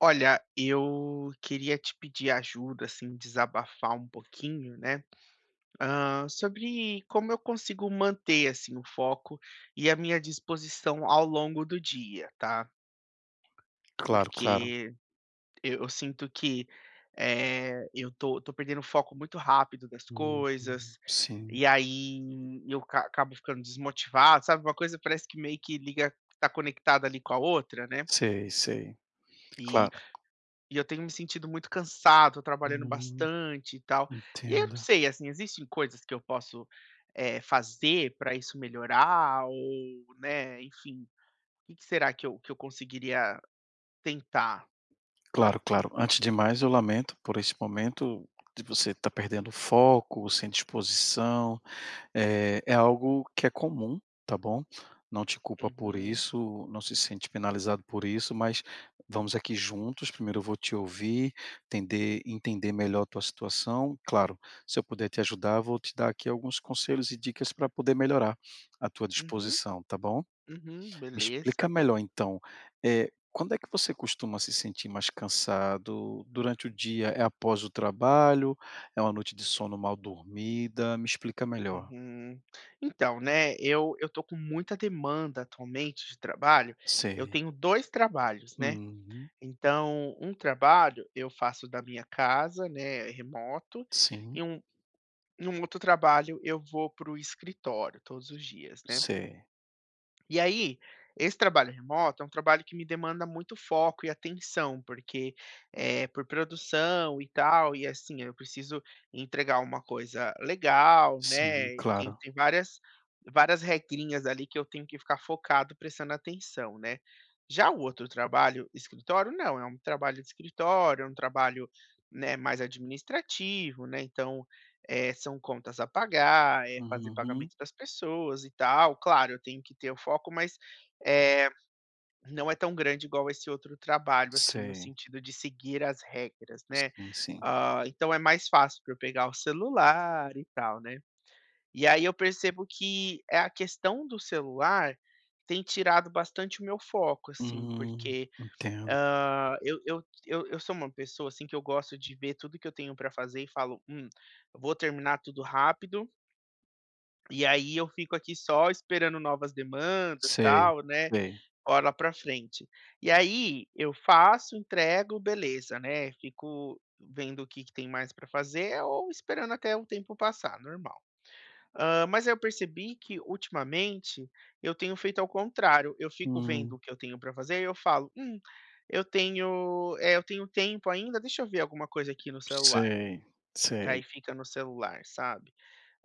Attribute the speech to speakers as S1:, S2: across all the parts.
S1: Olha, eu queria te pedir ajuda, assim, desabafar um pouquinho, né? Sobre como eu consigo manter assim o foco e a minha disposição ao longo do dia, tá?
S2: Claro, claro.
S1: Porque eu sinto que eu tô perdendo o foco muito rápido das
S2: Hum,
S1: coisas,
S2: sim,
S1: e aí eu acabo ficando desmotivado, sabe? Uma coisa parece que meio que liga, tá conectada ali com a outra, né?
S2: sei, sei. Claro.
S1: E E eu tenho me sentido muito cansado, trabalhando
S2: Hum,
S1: bastante e tal. E aí eu não
S2: entendo.
S1: sei, assim, existem coisas que eu posso, fazer para isso melhorar ou, né, enfim, o que que será que eu conseguiria tentar?
S2: Claro, claro. Antes de mais, eu lamento por esse momento de você estar perdendo o foco, sem disposição. É é algo que é comum, tá bom? Não te culpa por
S1: Uhum,
S2: isso, não se sente penalizado por isso, mas vamos aqui juntos. Primeiro eu vou te ouvir, entender melhor a tua situação. Claro, se eu puder te ajudar, vou te dar aqui alguns conselhos e dicas para poder melhorar a tua
S1: uhum,
S2: disposição, tá bom?
S1: uhum,
S2: Me explica
S1: beleza, bora.
S2: melhor então, quando é que você costuma se sentir mais cansado? Durante o dia, é após o trabalho, é uma noite de sono mal dormida? Me explica melhor.
S1: Uhum. Então, né, eu tô com muita demanda atualmente de trabalho. Eu
S2: Sei.
S1: tenho 2 trabalhos, né.
S2: Uhum.
S1: Então, um trabalho eu faço da minha casa, né, remoto,
S2: Sim,
S1: e num outro trabalho, eu vou para o escritório todos os dias, né.
S2: sei.
S1: E aí, esse trabalho remoto é um trabalho que me demanda muito foco e atenção, porque, é por produção e tal, e assim, eu preciso entregar uma coisa legal,
S2: Sim,
S1: né, e tem
S2: claro.
S1: tem várias regrinhas ali que eu tenho que ficar focado prestando atenção, né. Já o outro trabalho, escritório, não, é um trabalho de escritório, é um trabalho, né, mais administrativo, né, então, são contas a pagar, é fazer
S2: Uhum.
S1: pagamento das pessoas e tal. Claro, eu tenho que ter o foco, mas, eh, não é tão grande igual esse outro trabalho, assim, no
S2: Sei.
S1: sentido de seguir as regras, né.
S2: Sim, sim.
S1: Ah, então é mais fácil para eu pegar o celular e tal, né. E aí eu percebo que, é a questão do celular tem tirado bastante o meu foco, assim,
S2: Hum,
S1: porque,
S2: entendo.
S1: eu sou uma pessoa, assim, que eu gosto de ver tudo que eu tenho para fazer e falo: eu vou terminar tudo rápido". E aí eu fico aqui só esperando novas demandas,
S2: Sei,
S1: tal, né,
S2: sei.
S1: hora pra frente. E aí eu faço, entrego, beleza, né, fico vendo o que que tem mais pra fazer ou esperando até o tempo passar, normal. Mas eu percebi que ultimamente eu tenho feito ao contrário, eu fico vendo
S2: Hum,
S1: o que eu tenho pra fazer e eu falo: eu tenho, eu tenho tempo ainda, deixa eu ver alguma coisa aqui no celular".
S2: sei, sei.
S1: Aí fica no celular, sabe?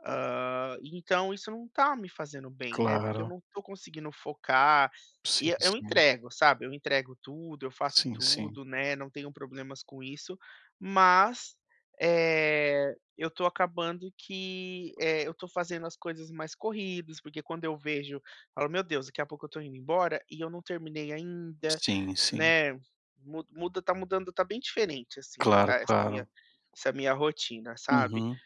S1: Então isso não tá me fazendo bem, né, porque eu
S2: Claro.
S1: não tô conseguindo focar, e
S2: Sim,
S1: eu
S2: sim.
S1: entrego, sabe, eu entrego tudo, eu faço
S2: Sim, sim.
S1: tudo, né, não tenho problemas com isso, mas, eu tô acabando que, eu tô fazendo as coisas mais corridas, porque quando eu vejo, eu falo: "Meu Deus, daqui a pouco eu tô indo embora e eu não terminei ainda",
S2: Sim, sim.
S1: né, mu muda, tá mudando, tá bem diferente, assim,
S2: Claro, claro.
S1: essa minha rotina, sabe.
S2: Uhum.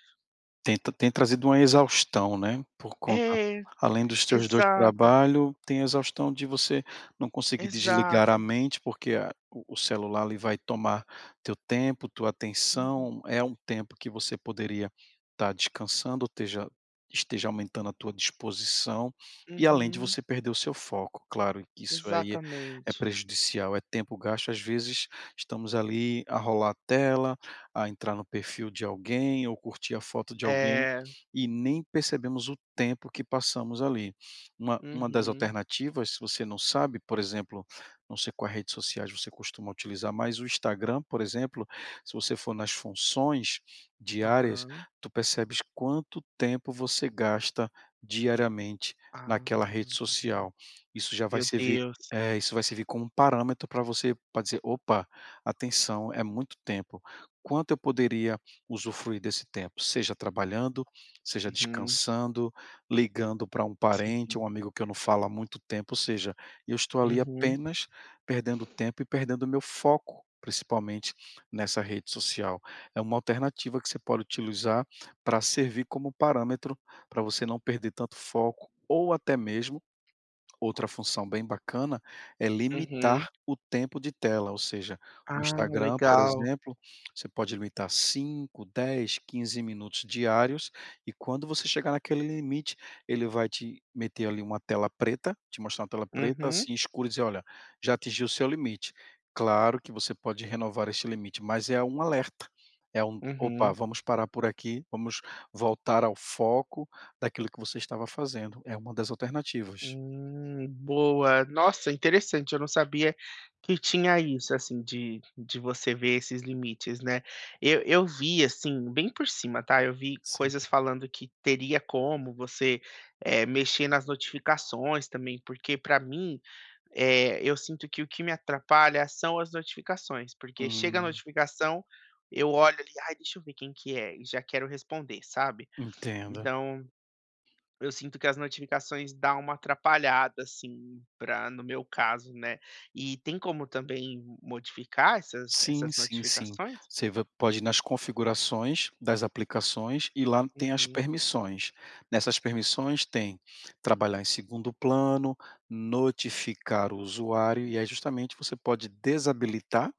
S2: Tem trazido uma exaustão, né, por conta,
S1: É,
S2: além dos teus 2
S1: exato,
S2: trabalhos, tem a exaustão de você não conseguir desligar a
S1: exato.
S2: mente, porque a o celular ali vai tomar teu tempo, tua
S1: Uhum,
S2: atenção. É um tempo que você poderia estar descansando, esteja aumentando a tua disposição, e além de
S1: uhum,
S2: você perder o seu foco. Claro que isso aí é
S1: exatamente.
S2: prejudicial, é tempo gasto. Às vezes estamos ali a rolar a tela, a entrar no perfil de alguém ou curtir a foto de alguém
S1: É,
S2: e nem percebemos o tempo que passamos ali. Uma das
S1: uhum,
S2: alternativas, se você não sabe, por exemplo, não sei quais redes sociais você costuma utilizar, mas o Instagram, por exemplo, se você for nas funções diárias,
S1: aham.
S2: tu percebes quanto tempo você gasta diariamente
S1: Ah,
S2: naquela rede social. Isso já vai
S1: meu
S2: servir,
S1: Deus.
S2: isso vai servir como um parâmetro para você, para dizer: "Opa, atenção, é muito tempo, quanto eu poderia usufruir desse tempo, seja trabalhando, seja
S1: Uhum,
S2: descansando, ligando para um parente,
S1: sim.
S2: um amigo que eu não falo há muito tempo", ou seja, eu estou ali
S1: Uhum,
S2: apenas perdendo tempo e perdendo o meu foco, principalmente nessa rede social. É uma alternativa que você pode utilizar para servir como parâmetro para você não perder tanto foco, ou até mesmo. Outra função bem bacana é
S1: uhum.
S2: limitar o tempo de tela, ou seja, o
S1: Ah,
S2: Instagram, por
S1: legal.
S2: exemplo, você pode limitar 5, 10, 15 minutos diários, e quando você chegar naquele limite, ele vai te meter ali uma tela preta, te mostrar uma tela preta,
S1: Uhum,
S2: assim, escura, e dizer: "Olha, já atingiu o seu limite". Claro que você pode renovar este limite, mas é um alerta, é um: "Opa,
S1: uhum.
S2: vamos parar por aqui, vamos voltar ao foco daquilo que você estava fazendo". É uma das alternativas.
S1: Boa. Nossa, interessante, eu não sabia que tinha isso, assim, de você ver esses limites, né. Eu vi, assim, bem por cima, tá, eu vi
S2: Sim.
S1: coisas falando que teria como você, mexer nas notificações também, porque pra mim, eu sinto que o que me atrapalha são as notificações, porque chega a
S2: Hum,
S1: notificação, eu olho ali: "Ai, deixa eu ver quem que é", e já quero responder, sabe.
S2: entendo.
S1: Então eu sinto que as notificações dá uma atrapalhada, assim, pra no meu caso, né. E tem como também modificar essas
S2: Sim,
S1: essas
S2: sim, sim.
S1: notificações?
S2: Você va pode ir nas configurações das aplicações e lá tem as
S1: Uhum.
S2: permissões. Nessas permissões tem trabalhar em segundo plano, notificar o usuário, e aí justamente você pode desabilitar.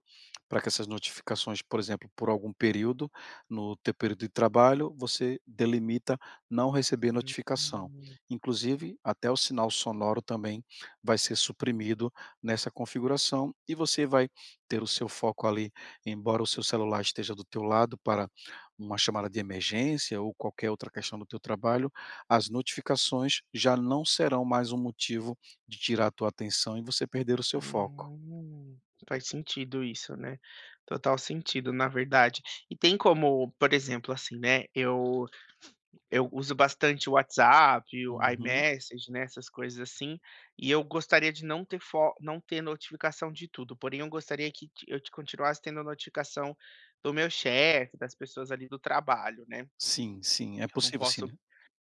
S2: Para que essas notificações, por exemplo, por algum período, no teu período de trabalho, você delimita não receber
S1: Hum.
S2: notificação. Inclusive, até o sinal sonoro também vai ser suprimido nessa configuração, e você vai ter o seu foco ali, embora o seu celular esteja do teu lado para uma chamada de emergência ou qualquer outra questão do teu trabalho. As notificações já não serão mais um motivo de tirar a tua atenção e você perder o seu foco.
S1: Hum. Faz sentido isso, né. Total sentido, na verdade. E tem como, por exemplo, assim, né, eu uso bastante o WhatsApp, o
S2: Uhum.
S1: iMessage, né, essas coisas assim, e eu gostaria de não ter fo não ter notificação de tudo, porém eu gostaria que ti eu te continuasse tendo notificação do meu chefe, das pessoas ali do trabalho, né,
S2: Sim, sim, é
S1: eu
S2: possível sim, né?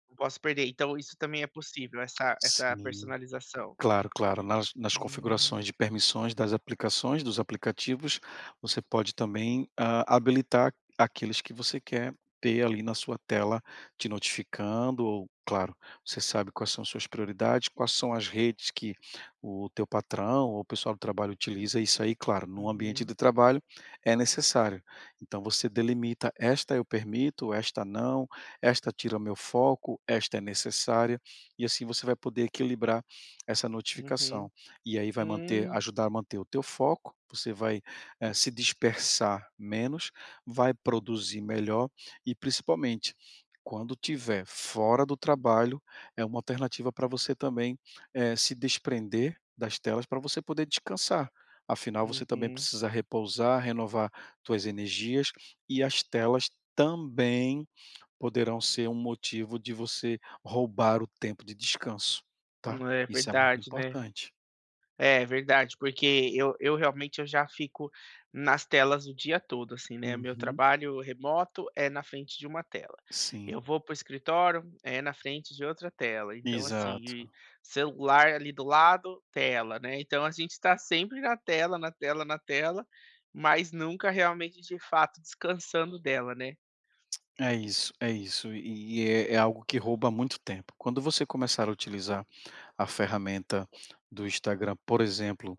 S1: não posso perder. Então isso também é possível, essa
S2: Sim.
S1: personalização.
S2: Claro, claro. Nas
S1: Hum,
S2: configurações de permissões das aplicações, dos aplicativos, você pode também, habilitar aqueles que você quer ter ali na sua tela te notificando, ou, claro, você sabe quais são suas prioridades, quais são as redes que o teu patrão ou o pessoal do trabalho utiliza. Isso aí, claro, no ambiente
S1: uhum,
S2: de trabalho é necessário. Então você delimita: "Esta eu permito, esta não, esta tira o meu foco, esta é necessária", e assim você vai poder equilibrar essa notificação.
S1: uhum.
S2: E aí vai manter
S1: Hum,
S2: ajudar a manter o teu foco, você vai, se dispersar menos, vai produzir melhor, e principalmente, quando tiver fora do trabalho, é uma alternativa para você também, se desprender das telas para você poder descansar. Afinal, você também
S1: uhum.
S2: precisa repousar, renovar suas energias, e as telas também poderão ser um motivo de você roubar o tempo de descanso, tá.
S1: Hum, é
S2: Isso é muito
S1: verdade, né.
S2: importante.
S1: É verdade, porque eu realmente eu já fico nas telas o dia todo, assim, né, meu
S2: Uhum,
S1: trabalho remoto é na frente de uma tela.
S2: sim,
S1: Eu vou para o escritório, é na frente de outra tela, então, assim,
S2: exato.
S1: e celular ali do lado, tela, né, então a gente está sempre na tela, na tela, na tela, mas nunca realmente de fato descansando dela, né.
S2: É isso, é isso. E é algo que rouba muito tempo. Quando você começar a utilizar a ferramenta do Instagram, por exemplo,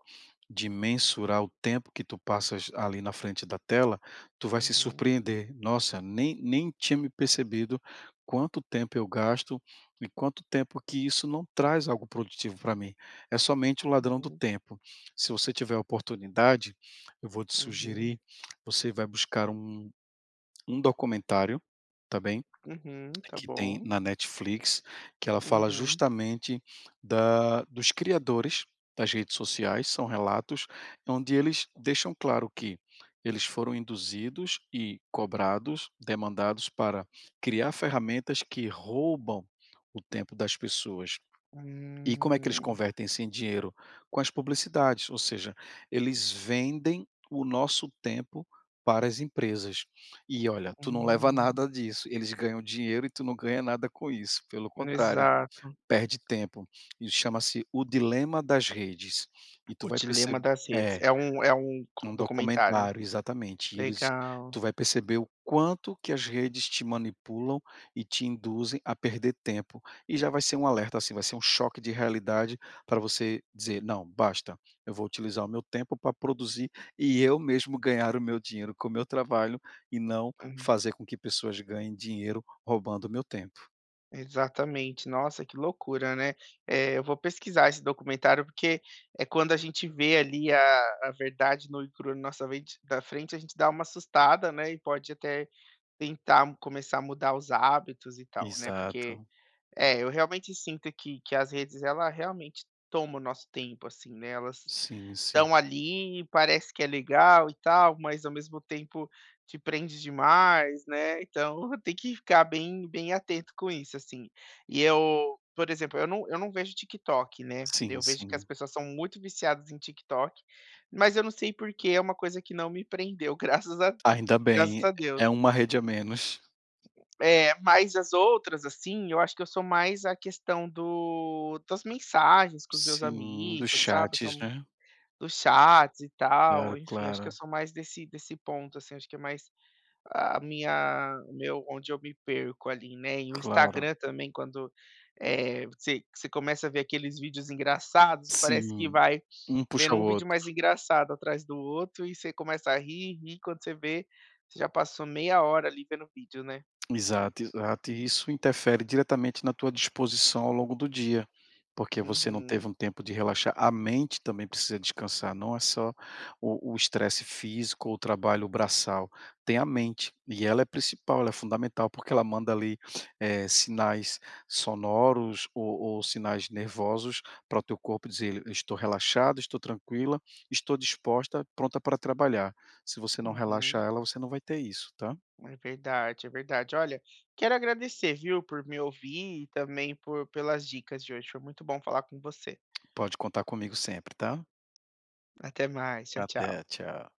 S2: de mensurar o tempo que tu passas ali na frente da tela, tu vai se
S1: Uhum,
S2: surpreender. Nossa, nem tinha me percebido quanto tempo eu gasto e quanto tempo que isso não traz algo produtivo para mim. É somente o ladrão do
S1: uhum,
S2: tempo. Se você tiver a oportunidade, eu vou te
S1: uhum,
S2: sugerir, você vai buscar um documentário, tá bem?
S1: uhum, tá
S2: Que tem
S1: bom.
S2: na Netflix, que ela fala
S1: Uhum.
S2: justamente da dos criadores das redes sociais. São relatos onde eles deixam claro que eles foram induzidos e cobrados, demandados para criar ferramentas que roubam o tempo das pessoas. E como é que eles
S1: Hum,
S2: convertem isso em dinheiro? Com as publicidades, ou seja, eles vendem o nosso tempo para as empresas. E olha, tu não leva
S1: hum,
S2: nada disso, eles ganham dinheiro e tu não ganha nada com isso, pelo contrário,
S1: exato.
S2: perde tempo. Isso chama-se o dilema das redes. E tu
S1: O
S2: vai
S1: dilema
S2: perceber
S1: das redes.
S2: é.
S1: É um
S2: É um
S1: documentário?
S2: documentário, exatamente. E eles,
S1: Legal.
S2: tu vai perceber o quanto que as redes te manipulam e te induzem a perder tempo. E já vai ser um alerta, assim, vai ser um choque de realidade para você dizer: "Não, basta, eu vou utilizar o meu tempo para produzir e eu mesmo ganhar o meu dinheiro com o meu trabalho e não
S1: Uhum.
S2: fazer com que pessoas ganhem dinheiro roubando o meu tempo".
S1: Exatamente. Nossa, que loucura, né. Eu vou pesquisar esse documentário, porque é quando a gente vê ali a verdade nua e crua na nossa vente da frente, a gente dá uma assustada, né, e pode até tentar começar a mudar os hábitos e tal, né, porque
S2: Exato.
S1: é, eu realmente sinto que as redes, ela realmente toma o nosso tempo, assim, né, elas
S2: Sim, sim.
S1: estão ali, parece que é legal e tal, mas ao mesmo tempo te prende demais, né, então tem que ficar bem atento com isso, assim. E eu, por exemplo, eu não vejo TikTok, né,
S2: Sim,
S1: eu vejo que as
S2: sim.
S1: pessoas são muito viciadas em TikTok, mas eu não sei porque é uma coisa que não me prendeu,
S2: Ainda
S1: graças
S2: bem,
S1: a
S2: é
S1: Deus.
S2: uma rede a menos.
S1: É, mas as outras, assim, eu acho que eu sou mais a questão do das mensagens com os meus
S2: Sim, dos
S1: amigos, sabe,
S2: chats,
S1: são
S2: né?
S1: dos chats e tal,
S2: Claro,
S1: enfim, acho que eu
S2: claro,
S1: sou mais desse ponto, assim, acho que é mais a minha meu onde eu me perco ali, né, e o
S2: claro.
S1: Instagram também quando, você começa a ver aqueles vídeos engraçados, parece que
S2: Sim,
S1: vai
S2: um puxa
S1: vendo
S2: o
S1: um vídeo
S2: outro.
S1: mais engraçado atrás do outro e você começa a rir, rir, quando você vê, você já passou meia hora ali vendo o vídeo, né.
S2: Exato, exato. E isso interfere diretamente na tua disposição ao longo do dia, porque você não teve
S1: Uhum,
S2: um tempo de relaxar. A mente também precisa descansar, não é só o estresse físico ou o trabalho braçal, tem a mente, e ela é principal, ela é fundamental, porque ela manda ali, sinais sonoros ou sinais nervosos para o teu corpo dizer: "Eu estou relaxado, estou tranquila, estou disposta, pronta para trabalhar". Se você não relaxar
S1: uhum.
S2: ela, você não vai ter isso, tá?
S1: É verdade, é verdade. Olha, quero agradecer, viu, por me ouvir e também por, pelas dicas de hoje. Foi muito bom falar com você.
S2: Pode contar comigo sempre, tá?
S1: Até mais. Tchau, tchau.
S2: Até, tchau.